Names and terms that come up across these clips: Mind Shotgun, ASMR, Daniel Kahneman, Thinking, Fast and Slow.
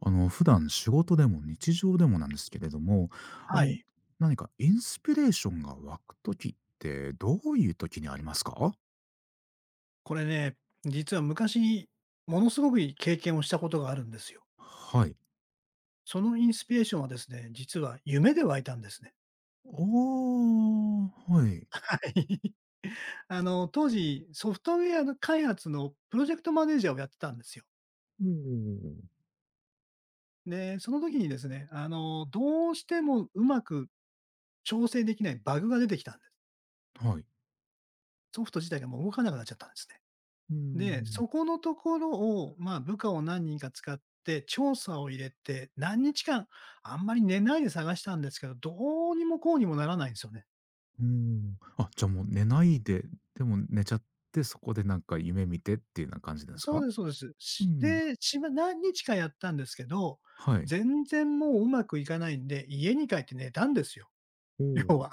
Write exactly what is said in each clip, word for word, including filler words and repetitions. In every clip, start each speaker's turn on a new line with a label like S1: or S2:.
S1: あの、普段仕事でも日常でもなんですけれども、あ
S2: は
S1: の、
S2: い。
S1: 何かインスピレーションが湧く時ってどういう時にありますか？
S2: これね、実は昔、ものすごくいい経験をしたことがあるんですよ。
S1: はい。
S2: そのインスピレーションはですね、実は夢で湧いたんですね。
S1: ああ、はい。
S2: はい。あの、当時、ソフトウェアの開発のプロジェクトマネージャーをやってたんですよ。
S1: おん
S2: で、その時にですね、あの、どうしてもうまく調整できないバグが出てきたんです。
S1: はい。
S2: ソフト自体がもう動かなくなっちゃったんですね。
S1: うんう
S2: で、
S1: ん。
S2: そこのところを、まあ、部下を何人か使って調査を入れて、何日間、あんまり寝ないで探したんですけど、どうにもこうにもならないんですよね。
S1: あ、じゃあもう寝ないで、でも寝ちゃって、そこでなんか夢見てっていうような感じです
S2: そ
S1: か？
S2: うですそうです。
S1: う
S2: し
S1: ん。
S2: で、しば何日かやったんですけど、
S1: はい。
S2: 全然もううまくいかないんで、家に帰って寝たんですよ、
S1: お
S2: 要
S1: お
S2: は。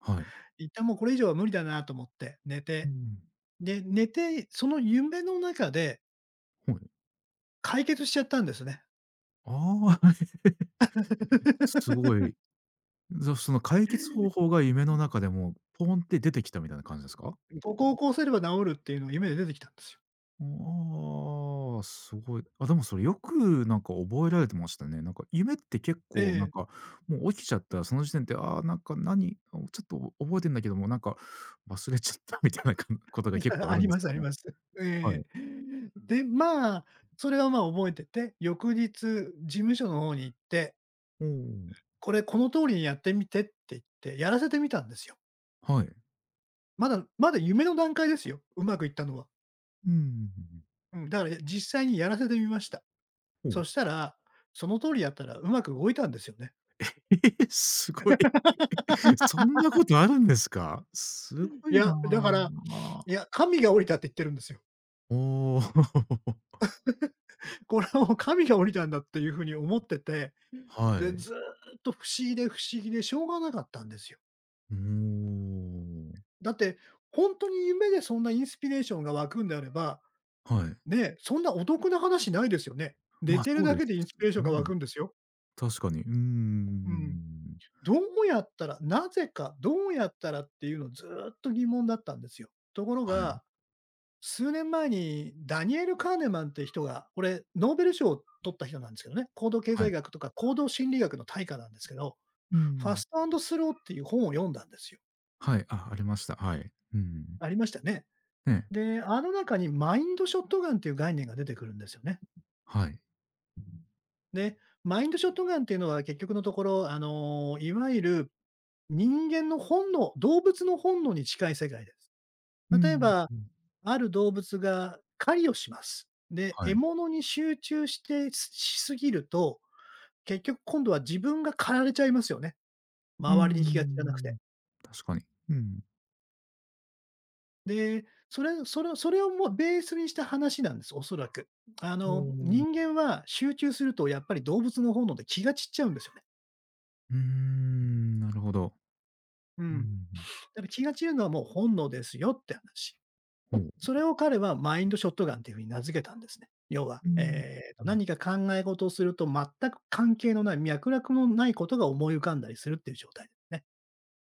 S1: はい。
S2: 一旦もうこれ以上は無理だなと思って寝
S1: う
S2: て、
S1: ん。
S2: で、寝て、その夢の中で
S1: はい。
S2: 解決しちゃったんですね。
S1: ああ。すご いぞその解決方法が夢の中でもポンって出てきたみたいな感じですか？
S2: ここをこうすれば治るっていうのが夢で出てきたんですよ。
S1: ああ、すごい。あ、でもそれよくなんか覚えられてましたね。なんか夢って結
S2: え
S1: 構なん
S2: え。
S1: か、もう起きちゃったらその時点で、ああ、なんか何、ちょっと覚えてんだけども、なんか忘れちゃったみたいなかことが結 構あ
S2: あ
S1: るん
S2: り
S1: で
S2: ま
S1: すけ
S2: すあ
S1: ど
S2: り
S1: も。
S2: ます。
S1: は
S2: え
S1: い。
S2: え。で、まあ、それは、まあ、覚えてて、翌日事務所の方に行って、
S1: おお、
S2: これこの通りにやってみてって言って、やらせてみたんですよ。
S1: はい。
S2: まだまだ夢の段階ですよ、うまくいったのは。
S1: うんおう
S2: うん、だから、実際にやらせてみました。そし たら、その通りやったらうまく動いたんですよね。
S1: えーすごい。そんな ことあるんですか？すご
S2: い
S1: い
S2: や、
S1: な
S2: だから、
S1: あ。
S2: いや、神が降りたって言ってるんですよ。
S1: おお。
S2: これはもう神が降りたんだっていう風に思ってて、
S1: は
S2: で、
S1: い。
S2: ずーっと不思議で不思議でしょうがなかったんですよ。
S1: うーん。
S2: だって、本当に夢でそんなインスピレーションが湧くんであれば、
S1: はい。
S2: ね、そんなお得な話ないですよね。寝
S1: まあ、
S2: てる
S1: そう
S2: だ
S1: で
S2: け
S1: す
S2: でインスピレーションが湧
S1: ね。
S2: くんですよ。
S1: 確かに。うー
S2: うん。
S1: ん。
S2: どうやったら、なぜか、どうやったらっていうのずーっと疑問だったんですよ。ところ
S1: はい。
S2: が、数年前にダニエル・カーネマンって人が、これノーベル賞を取った人なんですけどね、行動経
S1: はい。
S2: 済学とか行動心理学の大家なんですけど、
S1: うー
S2: ファ
S1: ん。
S2: ストスローっていう本を読んだんですよ。
S1: はい。あ、ありました。はい。うん。
S2: ありましたね？
S1: ね。
S2: で、あの中にマインドショットガンっていう概念が出てくるんですよね。
S1: はい。
S2: で、マインドショットガンっていうのは結局のところ、あの、いわゆる人間の本能、動物の本能に近い世界です。
S1: う
S2: 例え
S1: ん。
S2: ば、ある動物が狩りをします。で、獲
S1: はい。
S2: 物に集中してししすぎると、結局今度は自分が狩られちゃいますよね。
S1: うー
S2: 周りに気が散らなくて。
S1: ん。確かに。うん。
S2: で、それそれそれをもうベースにした話なんです、おそらく。あ
S1: お
S2: の、人
S1: お。
S2: 間は集中するとやっぱり動物の本能で気が散っちゃうんですよね。
S1: うーん、なるほど。
S2: う
S1: う
S2: ん。
S1: ん。
S2: だから気が散るのはもう本能ですよって話。
S1: ほう。
S2: それを彼はマインドショットガンっていう風に名付けたんですね。要は、
S1: うん。
S2: えーと、
S1: うん。
S2: 何か考え事をすると全く関係のない、脈絡のないことが思い浮かんだりするっていう状態ですね。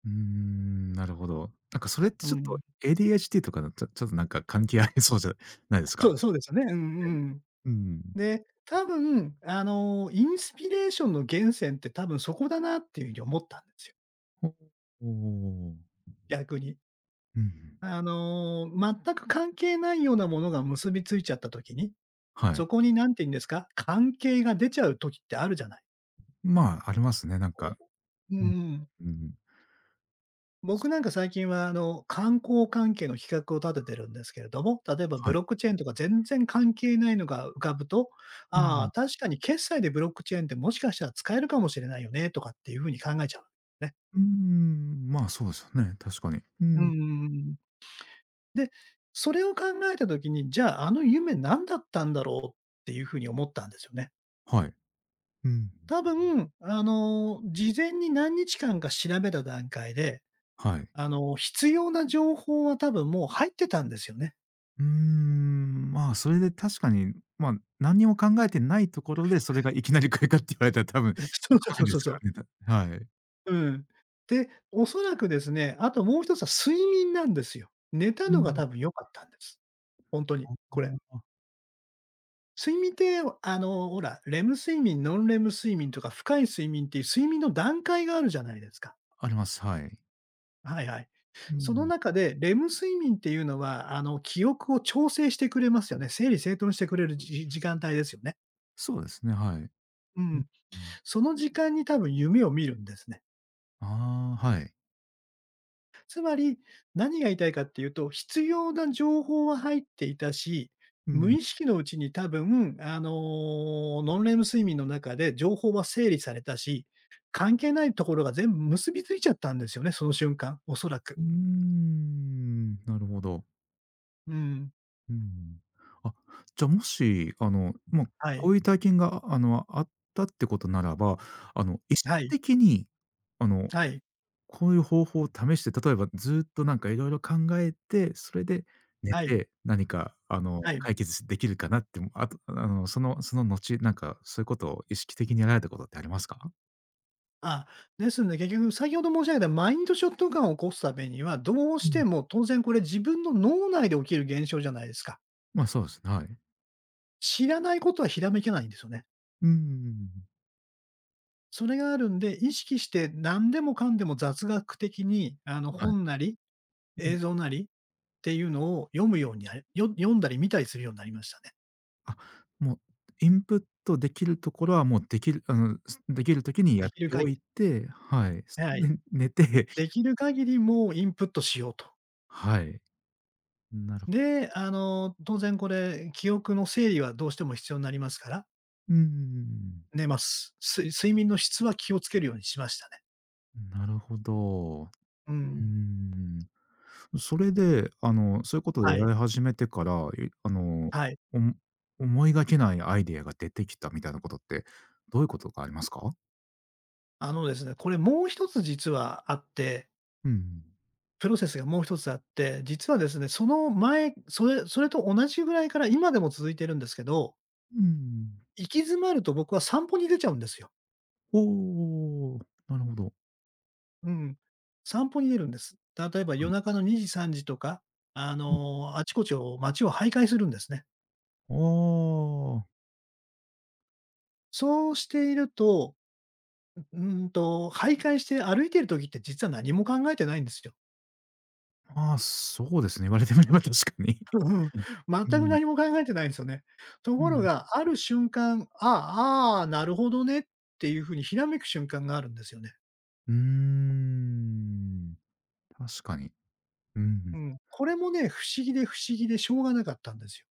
S1: うーん、なるほど。なんかそれって
S2: う
S1: ちょっ
S2: ん。
S1: と エーディーエイチディー とかだと、ちょっとなんか関係ありそうじゃないです
S2: そ
S1: か？
S2: うそうですよね。うんうん。
S1: うん。
S2: で、多分、あの、インスピレーションの源泉って多分そこだなっていう風に思ったんですよ、
S1: ほおお
S2: 逆に。
S1: うんうん。
S2: あの、全く関係ないようなものが結びついちゃった時に、
S1: はい。
S2: そこに何て言うんですか、関係が出ちゃう時ってあるじゃない。
S1: まあ、ありますね、なんか。
S2: う
S1: うん。
S2: んうん。
S1: うん。
S2: 僕なんか最近は、あの、観光関係の企画を立ててるんですけれども、例えばブ
S1: はい。
S2: ロックチェーンとか全然関係ないのが浮かぶと、
S1: う
S2: あ
S1: ん。
S2: あ、確かに決済でブロックチェーンってもしかしたら使えるかもしれないよねとかっていう風に考えちゃうね。
S1: うーん、まあ、そうですよね、確かに。う
S2: う
S1: ん。
S2: んうんうん。で、それを考えた時に、じゃあ、あの夢何だったんだろうっていうふうに思ったんですよね。
S1: はい。うん。
S2: 多分、あの、事前に何日間か調べた段階で、
S1: はい。
S2: あの、必要な情報は多分もう入ってたんですよね。
S1: うーん、まあ、それで確かに、まあ、何にも考えてないところで、それがいきなりこれかって言われたら多分
S2: そうそう
S1: 怖
S2: そう
S1: いで
S2: そう
S1: す
S2: そう。
S1: からね、はい。
S2: うん。で、おそらくですね、あともう一つは睡眠なんですよ。寝た
S1: う
S2: のが
S1: ん。
S2: 多分良かったんです。本当に、
S1: ああ、
S2: これ。
S1: あ、
S2: 睡眠って、あの、ほら、レム睡眠、ノンレム睡眠とか深い睡眠っていう睡眠の段階があるじゃないですか。
S1: ります、はい。
S2: はいはい。
S1: う
S2: その
S1: ん。
S2: 中で、レム睡眠っていうのは、あの、記憶を調整してくれますよね。整理整頓してくれるじ時間帯ですよね。
S1: そうですね、はい。
S2: うん。
S1: うん。
S2: その時間に多分夢を見るんですね。
S1: ああ、はい。
S2: つまり、何が言いたいかっていうと、必要な情報は入っていたし、
S1: う
S2: 無
S1: ん。
S2: 意識のうちに多分、あの、ノンレム睡眠の中で情報は整理されたし、関係ないところが全部結びついちゃったんですよね、その瞬間、おそらく。
S1: うーん、なるほど。
S2: うん。
S1: うん。あ、じゃ、もし、あの、まあも
S2: は
S1: こ
S2: い。
S1: ういう体験が、あの、あったってことならば、あの、意識
S2: はい。
S1: 的に、あの、
S2: はい。
S1: こういう方法を試して、例えばずっとなんかいろいろ考えて、それで寝
S2: はい。
S1: て、何か、あの、
S2: はい。
S1: 解決できるかなって、あと、あの、そのその後、なんかそういうことを意識的にやられたことってありますか？
S2: あ、ですので、結局先ほど申し上げたマインドショットガンを起こすためには、どう
S1: う
S2: して
S1: ん。
S2: も当然これ自分の脳内で起きる現象じゃないですか。
S1: まあ、そうですね、はい。
S2: 知らないことはひらめけないんですよね。
S1: うんうんうんうん。
S2: それがあるんで、意識して何でもかんでも雑学的に、あの、
S1: はい。
S2: 本なり、映像なりっていうのを読むようになれよ読んだり見たりするようになりましたね。
S1: あ、もうインプットできるところはもうできるあの、すできる時にや
S2: で
S1: っ
S2: きる
S1: て
S2: 限
S1: お
S2: り
S1: いて、はい。そ
S2: はい。
S1: れで、寝て
S2: できる限りもうインプットしようと。
S1: はい。なる
S2: で、あの、当然これ、記憶の整理はどうしても必要になりますから、
S1: うんうんうん
S2: 寝ます。す睡眠の質は気をつけるようにしましたね。
S1: うん。なるほど。う
S2: う
S1: ー
S2: ん。
S1: ん。それで、あの、そういうことを
S2: は
S1: や
S2: い。
S1: り始めてから、いあの、
S2: はい。
S1: おも思いがけないアイデアが出てきたみたいなことって、どういうことがありますか？
S2: あのですね、これもう一つ実はあって
S1: うん。
S2: プロセスがもう一つあって、実はですね、その前、それそれと同じぐらいから今でも続いてるんですけど、
S1: うん。
S2: 行き詰まると僕は散歩に出ちゃうんですよ。
S1: おおおお。なるほど。
S2: うん。散歩に出るんです。例えば
S1: は
S2: 夜
S1: い。
S2: 中のにじ、さんじとか、あ
S1: うん。
S2: の、あちこちを街を徘徊するんですね。
S1: ああ。
S2: そうしていると、うーんと、徘徊して歩いている時って実は何も考えてないんですよ。
S1: ああ、そうですね。言われてみれば確かに。
S2: うんうん。全
S1: う
S2: く
S1: ん。
S2: 何も考えてないんですよね。と
S1: う
S2: ころ
S1: ん。
S2: が、ある瞬間、ああ、ああ、なるほどねっていうふうにひらめく瞬間があるんですよね。
S1: うーん、確かに。う
S2: う
S1: ん。
S2: ん。これもね、不思議で不思議でしょうがなかったんですよ。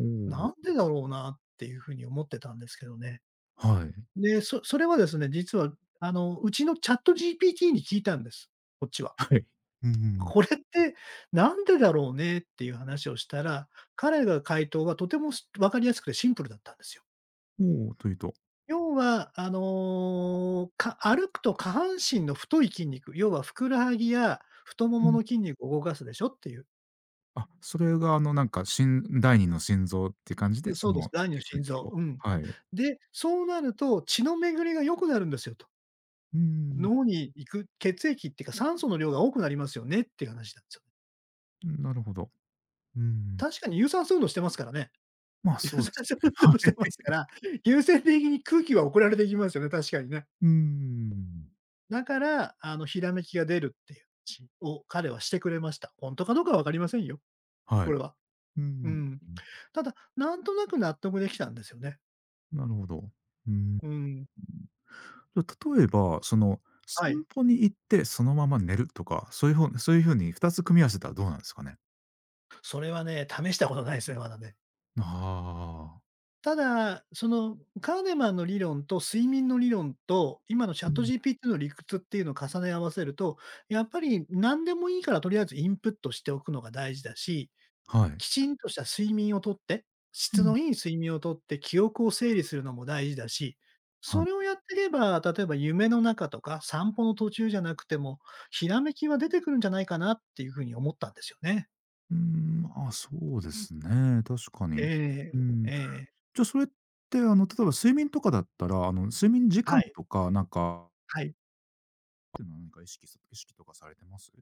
S1: お
S2: な
S1: お、
S2: んでだろうなっていうふうに思ってたんですけどね。
S1: はい。
S2: で、そそれはですね、実はあの、うちのチャット g p t に聞いたんです、こっちは。
S1: はい。うん
S2: これってなんでだろうねっていう話をしたら、彼が回答はとても分かりやすくてシンプルだったんですよ。
S1: うんおお、というと？
S2: 要は、あの、か歩くと下半身の太い筋肉、要はふくらはぎや太も
S1: う
S2: も
S1: ん。
S2: の筋肉を動かすでしょっていう。
S1: あ、それがあの、なんか、しん第二の心臓って感じで、そ
S2: そうです、
S1: の
S2: 第二の
S1: 血
S2: 心
S1: 液
S2: 臓、
S1: を
S2: うん。
S1: はい。
S2: で、そうなると血の巡りが良くなるんですよと。
S1: うーん、
S2: 脳に行く血液っていうか酸素の量が多くなりますよねっていう話なんですよね。
S1: なるほど。うん。
S2: 確かに有酸素運動してますからね。
S1: ま、あ、
S2: 有
S1: そうで
S2: 酸
S1: す
S2: 素
S1: ね。
S2: 運
S1: は
S2: 動してま
S1: い。
S2: すから、優先的に空気は送られていきますよね、確かにね。
S1: うーん。
S2: だから、あの、ひらめきが出るっていう話を彼はしてくれました。本当かどうかは分かりませんよ、
S1: は
S2: こ
S1: い。
S2: れは。
S1: う
S2: う
S1: ん、
S2: ん。ただ、なんとなく納得できたんですよね。
S1: なるほど。うん。
S2: うん。
S1: 例えば、その、散
S2: はい。
S1: 歩に行ってそのまま寝るとか、そういうふうそういうふうにふたつ組み合わせたらどうなんですかね？
S2: それはね、試したことないですね、まだね。
S1: ああ
S2: ただ、そのカーネマンの理論と睡眠の理論と、今の c ャ
S1: う
S2: ット
S1: ん。
S2: g p t の理屈っていうのを重ね合わせると、やっぱり何でもいいからとりあえずインプットしておくのが大事だし、
S1: あ。はい。
S2: きちんとした睡眠をとって、
S1: う
S2: 質
S1: ん。
S2: のいい睡眠をとって記憶を整理するのも大事だし、
S1: は
S2: それ
S1: い。
S2: をやっていれば、例えば夢の中とか散歩の途中じゃなくても、ひらめきは出てくるんじゃないかなっていうふうに思ったんですよね。
S1: うーん、まあ、そうですね、確かに。
S2: ええ、
S1: うん。
S2: ええ、
S1: じゃ、それって、あの、例えば睡眠とかだったら、あの、睡眠時
S2: は
S1: 間
S2: い、
S1: とか、なんか、
S2: はい。
S1: っていうのは何か意識さ意識とかされてます？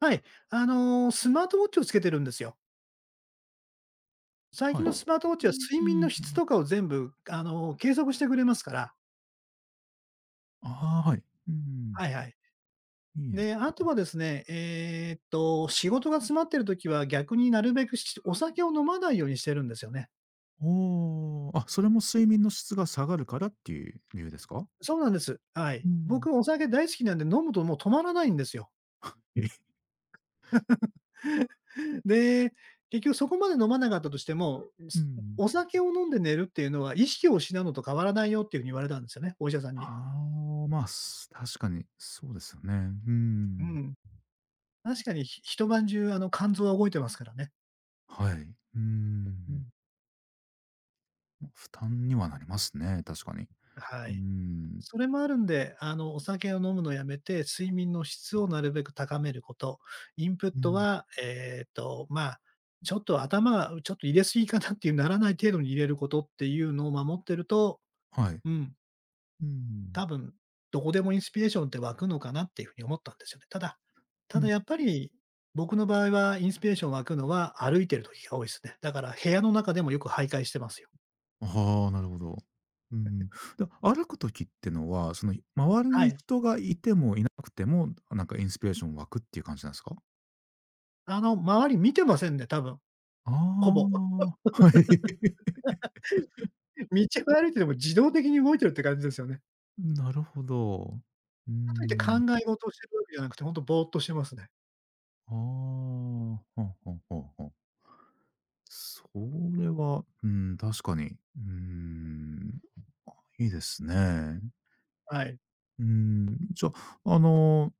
S2: はい、あの、スマートウォッチをつけてるんですよ。最近
S1: は
S2: の
S1: い。
S2: スマートウォッ
S1: う
S2: チは
S1: ん、
S2: 睡
S1: うん、
S2: 眠の質
S1: なる
S2: とかを全部、あの、計測してくれますから。
S1: ああ、はい。うん、
S2: はいはい。
S1: いいで
S2: で、
S1: す
S2: あと
S1: ね。
S2: はですね、えーっと、仕事が詰まってるときは、逆になるべくしお酒を飲まないようにしてるんですよね。
S1: おお、あ、それも睡眠の質が下がるからっていう理由ですか？
S2: そうなんです。はい。
S1: うん。
S2: 僕、お酒大好きなんで、飲むともう止まらないんですよ。
S1: え
S2: で、結局そこまで飲まなかったとしても、
S1: う
S2: す
S1: ん。
S2: お酒を飲んで寝るっていうのは、意識を失うのと変わらないよっていうふうに言われたんですよね、お医者さん
S1: あ
S2: に。
S1: あ、まあ、す確かにそうですよね。う
S2: う
S1: ん。
S2: ん。確かに、ひ一晩中、あの、肝臓は動いてますからね。
S1: はい。う
S2: う
S1: ん。
S2: ん。
S1: ま負担にはなりますね、確かに。
S2: は
S1: う
S2: い。
S1: ん。
S2: それもあるんで、あの、お酒を飲むのやめて、睡眠の質をなるべく高めること。インプッ
S1: う
S2: ト
S1: ん。
S2: は、えっと、まあ、ちょっと頭がちょっと入れすぎかなっていうならない程度に入れることっていうのを守ってると、
S1: はい。
S2: うん、
S1: う
S2: 多
S1: ん。
S2: 分どこでもインスピレーションって湧くのかなっていうふうに思ったんですよね。ただ、
S1: う
S2: ただ
S1: ん。
S2: やっぱり、僕の場合はインスピレーション湧くのは歩いてる時が多いですね。だから部屋の中でもよく徘徊してますよ。
S1: ああ、なるほど。うん。で、歩く時ってのは、その、周り
S2: は
S1: に
S2: い。
S1: 人がいてもいなくても、なんかインスピレーション湧くっていう感じなんですか？
S2: あの、周り見てませんね、多分、ほ
S1: あ
S2: ぼ。
S1: あ、はい。
S2: 道を歩いてても自動的に動いてるって感じですよね。
S1: なるほど。うー
S2: かといって考
S1: ん。
S2: え事をしてるわけじゃなくて、ほんとぼーっとしてますね。
S1: ああ、ははははそれは、うん、確かに。うん。まあ、いいですね。
S2: はい。
S1: うん、じゃあ、あの、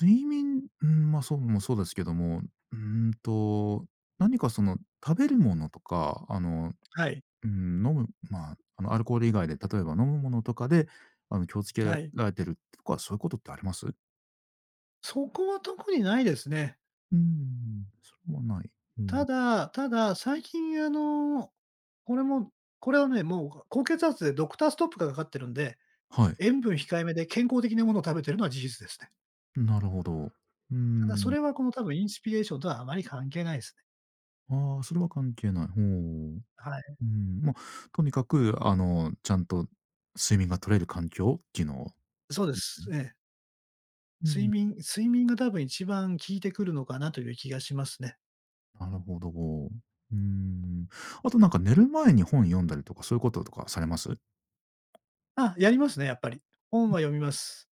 S1: 睡眠、うん、まあ、そうもそうですけども、うんと、何かその食べるものとか、あの、
S2: はい。
S1: うん、飲む、まあ、あの、アルコール以外で、例えば飲むものとかで、あの、気をつけ
S2: はい。
S1: られてるとか、そういうことってあります？う
S2: そこは特にないですね。
S1: ん、それはない。う
S2: た
S1: ん。
S2: だ、ただ、最近あの、これもこれはね、もう高血圧でドクターストップがかかってるんで、
S1: はい、
S2: 塩分控えめで健康的なものを食べてるのは事実ですね。
S1: なるほど。う
S2: ただそ
S1: ん。
S2: れはこの多分インスピレーションとはあまり関係ないですね。
S1: ああ、それは関係ない。ほう。
S2: はい。
S1: うん、まあ、とにかく、あの、ちゃんと睡眠が取れる環境っていうのを
S2: そうです。ええ。
S1: う
S2: 睡
S1: ん、
S2: 眠睡眠が多分一番効いてくるのかなという気がしますね。
S1: なるほど。うん。あとなんか寝る前に本読んだりとか、そういうこととかされます？
S2: あ、やりますね、やっぱり。本は読みます。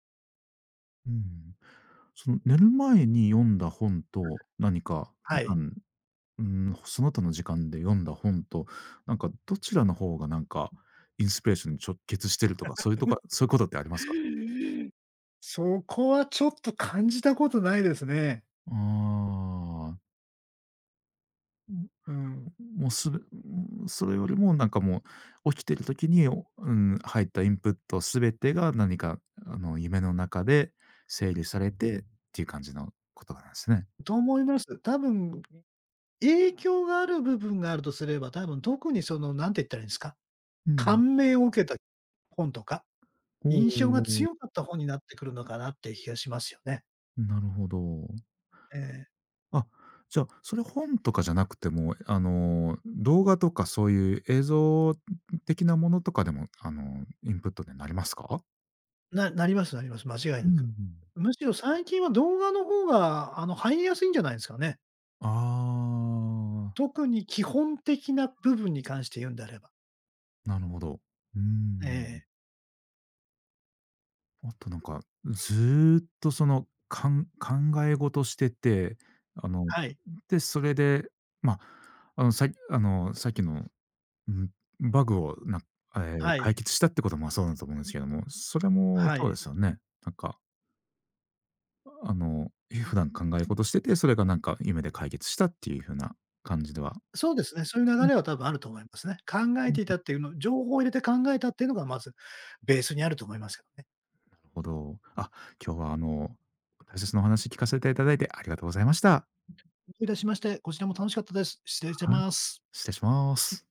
S1: うん。その寝る前に読んだ本と、何か普
S2: はい。
S1: 段、うん、その他の時間で読んだ本と、なんかどちらの方がなんか、インスピレーションに直結してるとか、そういうとかそういうことってありますかね？
S2: そこはちょっと感じたことないですね。
S1: ああ。
S2: うん。
S1: もうすべそれよりもなんかもう、起きてる時に、おうん、入ったインプットすべてが何かあの、夢の中で整理されてっていう感じのことなんですね。
S2: と思います。多分、影響がある部分があるとすれば、多分特にその、なんて言ったらいいんですか、
S1: うん。
S2: 感銘を受けた本とか、
S1: おお
S2: 印象が
S1: お
S2: 強
S1: お。
S2: かった本になってくるのかなっていう気がしますよね。
S1: なるほど。
S2: ええ。
S1: あ、じゃあ、それ本とかじゃなくても、あの、動画とかそういう映像的なものとかでも、あの、インプットになりますか？
S2: ななりますなります、間違い
S1: う
S2: な
S1: んう
S2: く。
S1: ん。
S2: むしろ最近は動画の方が、あの、入りやすいんじゃないですかね。
S1: ああ、
S2: 特に基本的な部分に関して言うんであれば。
S1: なるほど。うー
S2: え
S1: ん。
S2: え、
S1: あとなんか、ずーっとその、かん考え事してて、あの、
S2: はい、
S1: で、それで、まあ、あの、さいあの、さっきの、うん、バグをなええ、
S2: は
S1: 解
S2: い、
S1: 決したってこともそうだと思うんですけども、それも
S2: は
S1: そう
S2: い。
S1: ですよね。なんか、あの、普段考え事してて、それがなんか夢で解決したっていう風な感じでは
S2: そうですね、そういう
S1: う
S2: 流れは
S1: ん
S2: 多分あると思いますね。考え
S1: うん。
S2: ていたっていうの情報を入れて考えたっていうのがまずベースにあると思いますけどね。
S1: ほど。あ、今日はあの、大切なお話聞かせていただいてありがとうございました。
S2: どういたしまして、こちらも楽しかったです。失礼し
S1: はい、
S2: ます。
S1: 失礼します。